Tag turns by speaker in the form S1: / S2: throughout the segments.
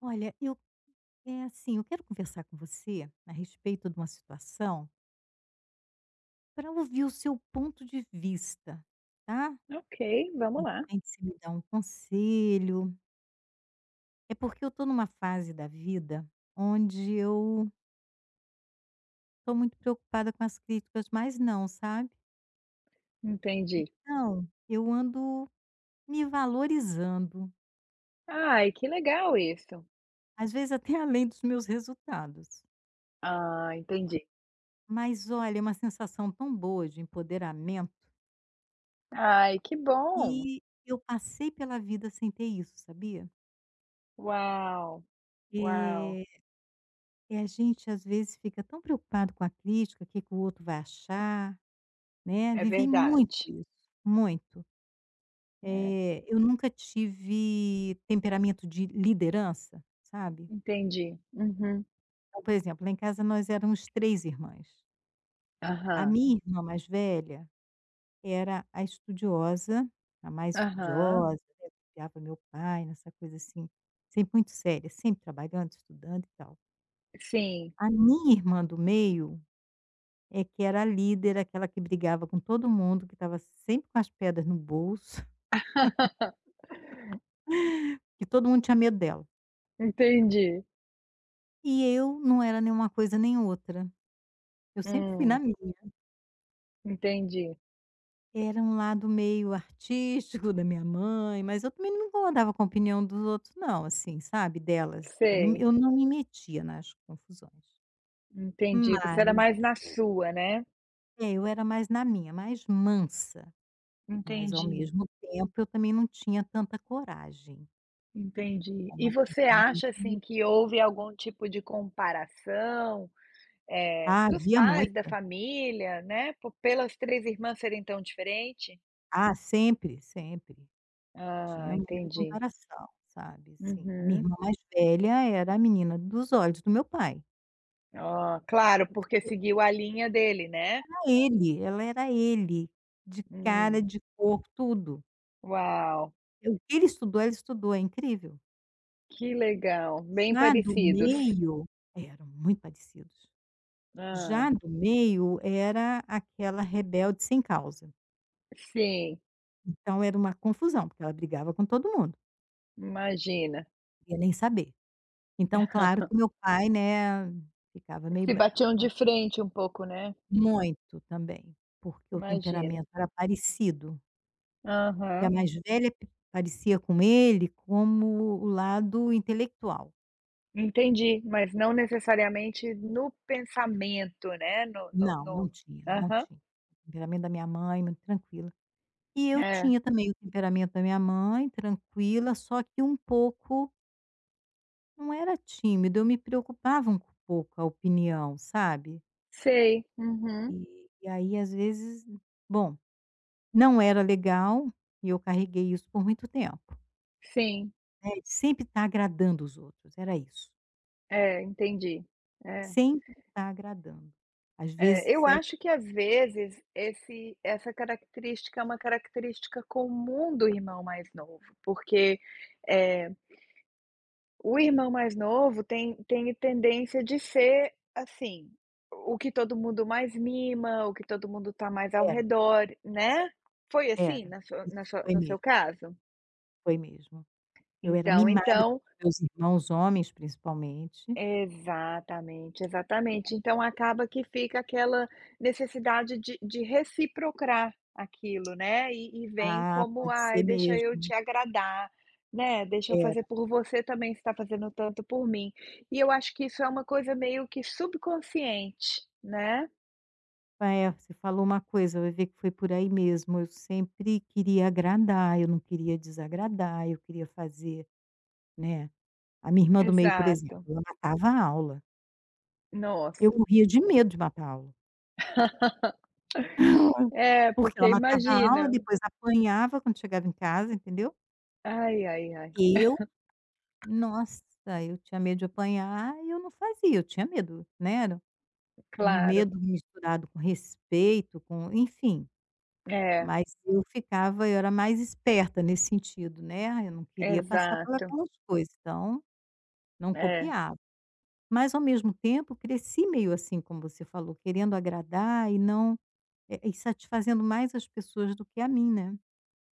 S1: Olha, eu é assim, eu quero conversar com você a respeito de uma situação para ouvir o seu ponto de vista, tá?
S2: Ok, vamos
S1: De
S2: lá.
S1: repente você me dá um conselho. É porque eu estou numa fase da vida onde eu estou muito preocupada com as críticas, mas não, sabe?
S2: Entendi.
S1: Não, eu ando me valorizando,
S2: Ai, que legal isso.
S1: às vezes até além dos meus resultados.
S2: Ah, entendi.
S1: Mas olha, é uma sensação tão boa de empoderamento
S2: Ai, que bom.
S1: e eu passei pela vida sem ter isso, sabia?
S2: Uau, uau.
S1: É. E a gente às vezes fica tão preocupado com a crítica, o que que o outro vai achar, né,
S2: É
S1: vivi muito
S2: verdade.
S1: isso, muito.
S2: É,
S1: Eu nunca tive temperamento de liderança, sabe.
S2: entendi. Uhum.
S1: Então, por exemplo, lá em casa nós éramos 3 irmãs. A
S2: Aham,
S1: minha irmã mais velha era a estudiosa, a mais
S2: aham.
S1: estudiosa, né, copiava meu pai nessa coisa assim, sempre muito séria, sempre trabalhando, estudando e tal.
S2: Sim.
S1: A minha irmã do meio é que era a líder, aquela que brigava com todo mundo, que estava sempre com as pedras no bolso, que todo mundo tinha medo dela.
S2: Entendi.
S1: E eu não era nenhuma coisa nem outra. Eu sempre fui
S2: Hum,
S1: na minha.
S2: entendi.
S1: Era um lado meio artístico da minha mãe, mas eu também não me incomodava com a opinião dos outros, não, assim, sabe? Delas. Eu não,
S2: Sei,
S1: eu não me metia nas confusões.
S2: entendi. Você era
S1: Mas
S2: mais na sua, né?
S1: é, eu era mais na minha, mais mansa. Mas ao
S2: Entendi,
S1: mesmo tempo eu também não tinha tanta coragem.
S2: entendi.
S1: Como
S2: E
S1: a minha
S2: você
S1: irmã
S2: acha
S1: de.
S2: assim que houve algum tipo de comparação?
S1: Ah,
S2: Dos
S1: havia
S2: pais, da
S1: muita.
S2: família, né? Por pelas 3 irmãs serem tão diferente?
S1: Ah, sempre, sempre.
S2: Ah,
S1: Tinha muita
S2: entendi.
S1: comparação, sabe. Sim. A minha
S2: Uhum.
S1: irmã mais velha era a menina dos olhos do meu pai.
S2: Ah, claro, porque
S1: era
S2: seguiu a linha dele, né?
S1: Ela era ele, de cara,
S2: Hum.
S1: de cor, tudo.
S2: Uau,
S1: É o que ele estudou, ela estudou, é incrível.
S2: que legal, bem
S1: Já do
S2: parecidos.
S1: meio eram muito parecidos.
S2: Hã.
S1: Já do meio era aquela rebelde sem causa.
S2: Sim,
S1: Então era uma confusão, porque ela brigava com todo mundo,
S2: imagina.
S1: não queria nem saber. Então claro que o meu pai, né, ficava meio
S2: Se
S1: bravo
S2: batiam
S1: com
S2: de
S1: ela.
S2: frente um pouco, né?
S1: Muito também, porque o
S2: Imagina.
S1: temperamento era parecido, que a
S2: Aham,
S1: mais velha p parecia com ele como o lado intelectual.
S2: entendi, mas não necessariamente no pensamento, né, no no
S1: Não, não
S2: no
S1: tinha, não
S2: aham.
S1: tinha. O temperamento da minha mãe, muito tranquila. E eu
S2: É,
S1: tinha também o temperamento da minha mãe, tranquila, só que um pouco, não era tímido, eu me preocupava um pouco com a opinião, sabe.
S2: sei. Uhum.
S1: E aí, às vezes bom, não era legal e eu carreguei isso por muito tempo.
S2: Sim,
S1: É, de sempre estar agradando os outros, era isso.
S2: é, entendi. É,
S1: Sempre estar agradando. Às
S2: é, eu
S1: vezes
S2: acho que às vezes esse essa característica é uma característica comum do irmão mais novo, porque, eh, o irmão mais novo tem tendência de ser, assim, o que todo mundo mais mima, o que todo mundo tá mais ao
S1: era,
S2: redor, né. Foi assim
S1: era.
S2: na sua
S1: Isso
S2: na sua
S1: foi
S2: no seu
S1: mesmo,
S2: caso?
S1: foi mesmo. Eu era
S2: Então
S1: mimada
S2: então
S1: pelos meus irmãos homens, principalmente.
S2: Exatamente, exatamente. Então acaba que fica aquela necessidade de reciprocar aquilo, né, e vem
S1: Ah,
S2: como:
S1: pode ser
S2: "Ai, deixa eu
S1: mesmo,
S2: te agradar, né, deixa eu fazer
S1: era.
S2: por você também, você está fazendo tanto por mim". E eu acho que isso é uma coisa meio que subconsciente, né.
S1: Ah, é, você falou uma coisa, vai ver que foi por aí mesmo. Eu sempre queria agradar, eu não queria desagradar, eu queria fazer, né. A minha irmã do meio, por exemplo,
S2: Exato.
S1: ela matava a aula. Eu
S2: Nossa.
S1: morria de medo de matar a aula.
S2: É,
S1: Porque ela
S2: porque
S1: matava a aula,
S2: imagina.
S1: depois apanhava quando chegava em casa, entendeu.
S2: Ai, ai, ai.
S1: Eu, Nossa, eu tinha medo de apanhar e eu não fazia, eu tinha medo, né, era um
S2: Claro.
S1: medo misturado com respeito, com enfim,
S2: É,
S1: mas eu era mais esperta nesse sentido, né, eu não queria passar por
S2: exato.
S1: aquelas coisas, então não
S2: É.
S1: copiava. Mas ao mesmo tempo cresci meio assim como você falou, querendo agradar e não, e satisfazendo mais as pessoas do que a mim, né.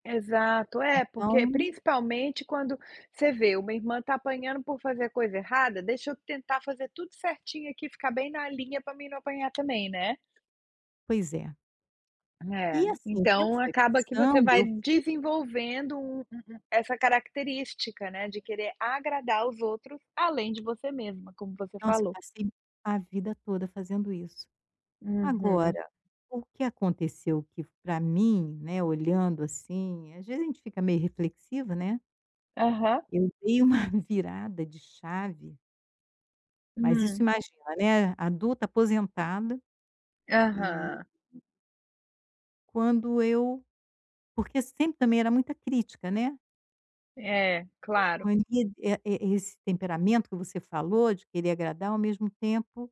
S2: Exato. É, porque
S1: Então
S2: principalmente quando você vê, uma irmã tá apanhando por fazer coisa errada, deixa eu tentar fazer tudo certinho aqui, ficar bem na linha para mim não apanhar também, né.
S1: pois é. E
S2: É,
S1: assim, o tempo
S2: então
S1: foi
S2: acaba que você
S1: passando,
S2: vai
S1: eu fui
S2: desenvolvendo um um um essa característica, né, de querer agradar os outros, além de você mesma, como você
S1: nossa, eu
S2: falou.
S1: passei a vida toda fazendo isso.
S2: Uhum.
S1: Agora, o que aconteceu que para mim, né, olhando assim, às vezes a gente fica meio reflexiva, né,
S2: Aham.
S1: eu dei uma virada de chave, mas isso
S2: Hum.
S1: imagina, né, adulta, aposentada, e
S2: Aham.
S1: quando eu porque sempre também era muita crítica, né,
S2: É, claro.
S1: mania, esse temperamento que você falou de querer agradar ao mesmo tempo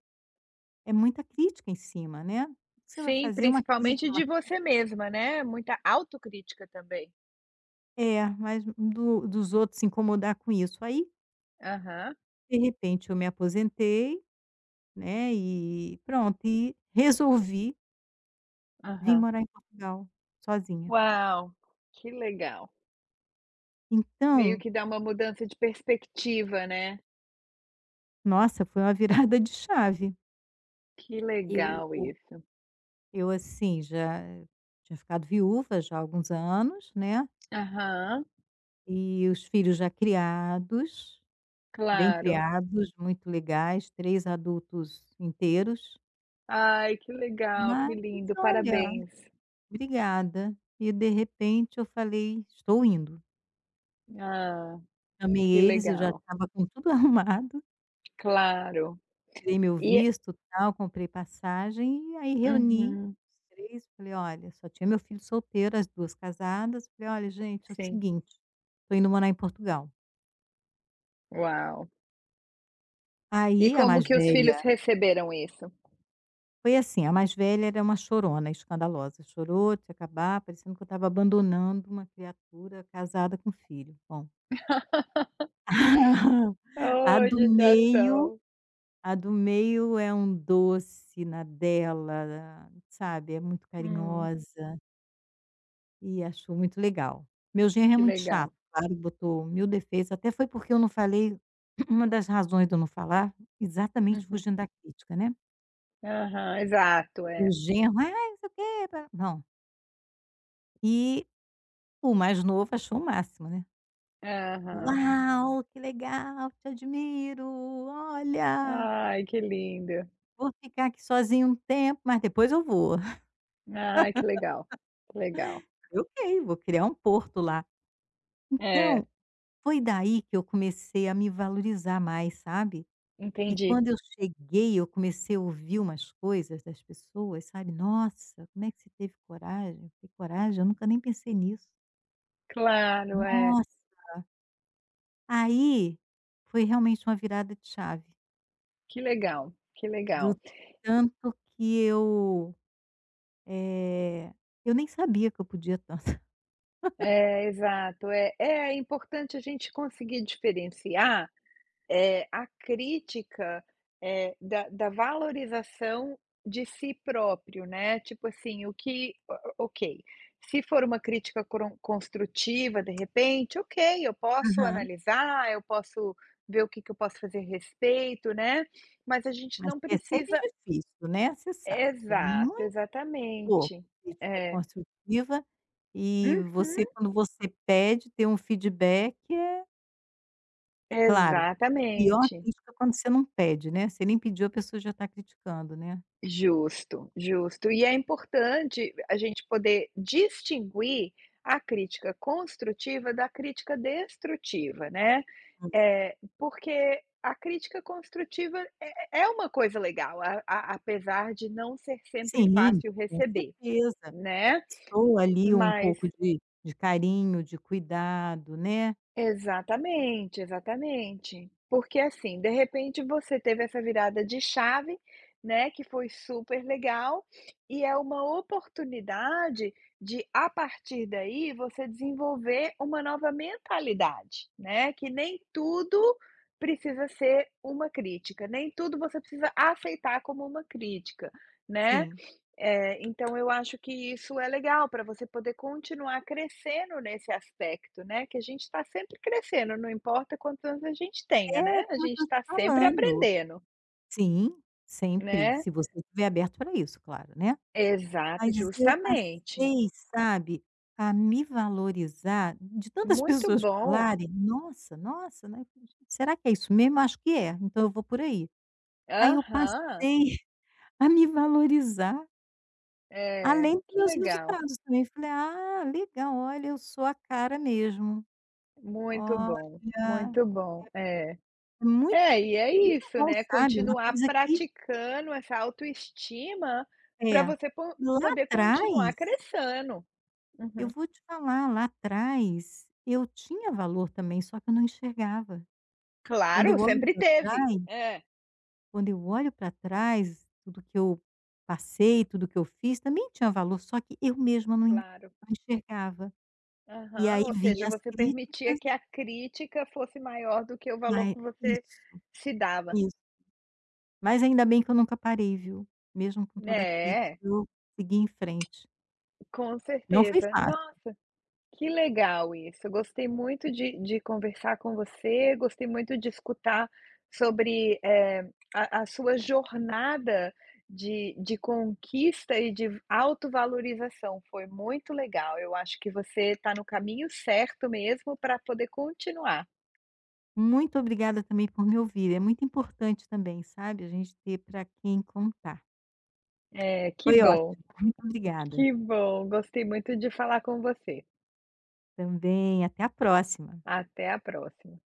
S1: é muita crítica em cima, né. Você vai
S2: Sim,
S1: fazer uma crítica,
S2: principalmente de você mesma, né, muita autocrítica também.
S1: mas do dos outros se incomodar com isso. Aí,
S2: Aham,
S1: de repente, eu me aposentei, né, e pronto, e resolvi vim
S2: aham.
S1: morar em Portugal, sozinha.
S2: Uau, que legal. Meio
S1: Então,
S2: que dá uma mudança de perspectiva, né.
S1: nossa, foi uma virada de chave.
S2: Que
S1: Eu
S2: legal isso.
S1: eu, assim, já tinha ficado viúva já há alguns anos, né,
S2: Aham,
S1: e os filhos já criados, bem
S2: claro.
S1: criados, muito legais, 3 adultos inteiros.
S2: Ai, que legal,
S1: Mas
S2: que lindo,
S1: olha,
S2: parabéns.
S1: obrigada. E de repente eu falei: "Estou indo".
S2: Ah,
S1: Chamei
S2: que
S1: eles, eu já
S2: legal.
S1: estava com tudo arrumado,
S2: Claro.
S1: tirei meu
S2: E
S1: visto, tal, comprei passagem e aí reuni
S2: uhum,
S1: os três, falei: "Olha", só tinha meu filho solteiro, as 2 casadas, falei: "Olha gente, é o
S2: sim.
S1: seguinte, estou indo morar em Portugal".
S2: Uau. E
S1: Aí a
S2: como
S1: mais
S2: que os
S1: velha
S2: filhos receberam isso?
S1: foi assim, a mais velha era uma chorona, escandalosa, chorou de se acabar, parecendo que eu estava abandonando uma criatura casada com filho. Bom. A
S2: Oh,
S1: do meio
S2: judiação.
S1: a do meio é um doce na dela, sabe, é muito
S2: Hum,
S1: carinhosa e acho muito legal. Meu genro é
S2: que
S1: muito
S2: legal.
S1: chato, claro, botou mil defeitos, até foi porque eu não falei uma das razões de eu não falar, exatamente
S2: Uhum.
S1: fugindo da crítica, né.
S2: Aham, exato,
S1: E o
S2: é.
S1: genro: "Ai, não sei o quê, pá". Não. E o mais novo achou o máximo, né.
S2: Aham.
S1: "Uau, que legal, te admiro, olha".
S2: Ai, que lindo.
S1: Vou ficar aqui sozinho um tempo, mas depois eu vou.
S2: Ai, que legal, que legal.
S1: "Ok, vou criar um porto lá".
S2: É,
S1: Então, foi daí que eu comecei a me valorizar mais, sabe. E
S2: entendi.
S1: quando eu cheguei, eu comecei a ouvir umas coisas das pessoas, sabe. "Nossa, como é que você teve coragem?". Eu falei: "Coragem? Eu nunca nem pensei nisso".
S2: Claro, é.
S1: Nossa! Aí, foi realmente uma virada de chave,
S2: Que legal, que
S1: do
S2: legal.
S1: tanto que eh, eu nem sabia que eu podia tanto.
S2: É, exato. É é importante a gente conseguir diferenciar a crítica, da valorização de si próprio, né, tipo assim, o que o ok, se for uma crítica cron construtiva, de repente, ok, eu posso analisar, eu posso ver o que que eu posso fazer a respeito, né, mas a gente
S1: Mas
S2: não
S1: que é sempre
S2: precisa
S1: difícil, né, você sabe que é
S2: exato,
S1: muito pouco
S2: exatamente.
S1: crítica
S2: É.
S1: construtiva e você
S2: Uhum.
S1: quando você pede ter um feedback é claro, é pior a
S2: Exatamente.
S1: crítica quando você não pede, né, você nem pediu a pessoa já está criticando, né.
S2: Justo, justo. E é importante a gente poder distinguir a crítica construtiva da crítica destrutiva, né. É porque a crítica construtiva é uma coisa legal, a apesar de não ser sempre
S1: Sim,
S2: fácil
S1: com
S2: receber,
S1: certeza,
S2: né,
S1: sou ali um
S2: mas
S1: pouco de carinho, de cuidado, né.
S2: Exatamente, exatamente. Porque assim, de repente você teve essa virada de chave, né, que foi super legal, e é uma oportunidade de, a partir daí, você desenvolver uma nova mentalidade, né, que nem tudo precisa ser uma crítica, nem tudo você precisa aceitar como uma crítica, né?
S1: Sim.
S2: É, então eu acho que isso é legal para você poder continuar crescendo nesse aspecto, né, que a gente está sempre crescendo, não importa quantos anos a gente tenha,
S1: É,
S2: né, a
S1: como eu
S2: gente
S1: tô te
S2: está sempre
S1: falando.
S2: aprendendo,
S1: Sim, sempre,
S2: né.
S1: se você estiver aberto para isso, claro, né.
S2: Exato,
S1: Mas eu
S2: justamente.
S1: passei, sabe, a me valorizar, de tantas
S2: Muito
S1: pessoas
S2: bom.
S1: falarem: "Nossa, nossa, né, será que é isso mesmo? Acho que é, então eu vou por aí". Aí eu passei
S2: Aham.
S1: a me valorizar,
S2: É,
S1: além dos
S2: que
S1: meus
S2: legal.
S1: resultados também, falei: "Ah, legal, olha, eu sou a cara mesmo,
S2: Muito bom,
S1: olha".
S2: muito bom. É.
S1: É muito
S2: É, e é
S1: muito
S2: isso,
S1: bom,
S2: né,
S1: sabe, uma
S2: continuar
S1: coisa que
S2: praticando essa autoestima para
S1: é.
S2: você po
S1: Lá
S2: poder continuar
S1: atrás,
S2: crescendo. Uhum.
S1: eu vou te falar, lá atrás eu tinha valor também, só que eu não enxergava. Quando
S2: Claro,
S1: eu olho
S2: sempre
S1: para
S2: teve.
S1: trás
S2: É,
S1: tudo que eu passei, tudo que eu fiz também tinha valor, só que eu mesma não en
S2: claro.
S1: não enxergava. E aí
S2: Aham. Ou seja,
S1: vinha as
S2: você permitia
S1: críticas,
S2: que a crítica fosse maior do que o valor
S1: mas
S2: que você
S1: isso,
S2: se dava.
S1: isso. Mas ainda bem que eu nunca parei, viu. Mesmo com toda a crítica,
S2: É,
S1: eu segui em frente.
S2: com
S1: Não foi
S2: certeza.
S1: fácil.
S2: Nossa, que legal isso. Eu Gostei muito de conversar com você, gostei muito de escutar sobre, a sua jornada de conquista e de autovalorização. Foi muito legal. Eu acho que você está no caminho certo mesmo para poder continuar.
S1: Muito obrigada também por me ouvir, é muito importante também, sabe, a gente ter para quem contar.
S2: É, que
S1: Foi
S2: bom,
S1: ótimo, muito obrigada.
S2: que bom. Gostei muito de falar com você.
S1: Também, até a próxima.
S2: Até a próxima.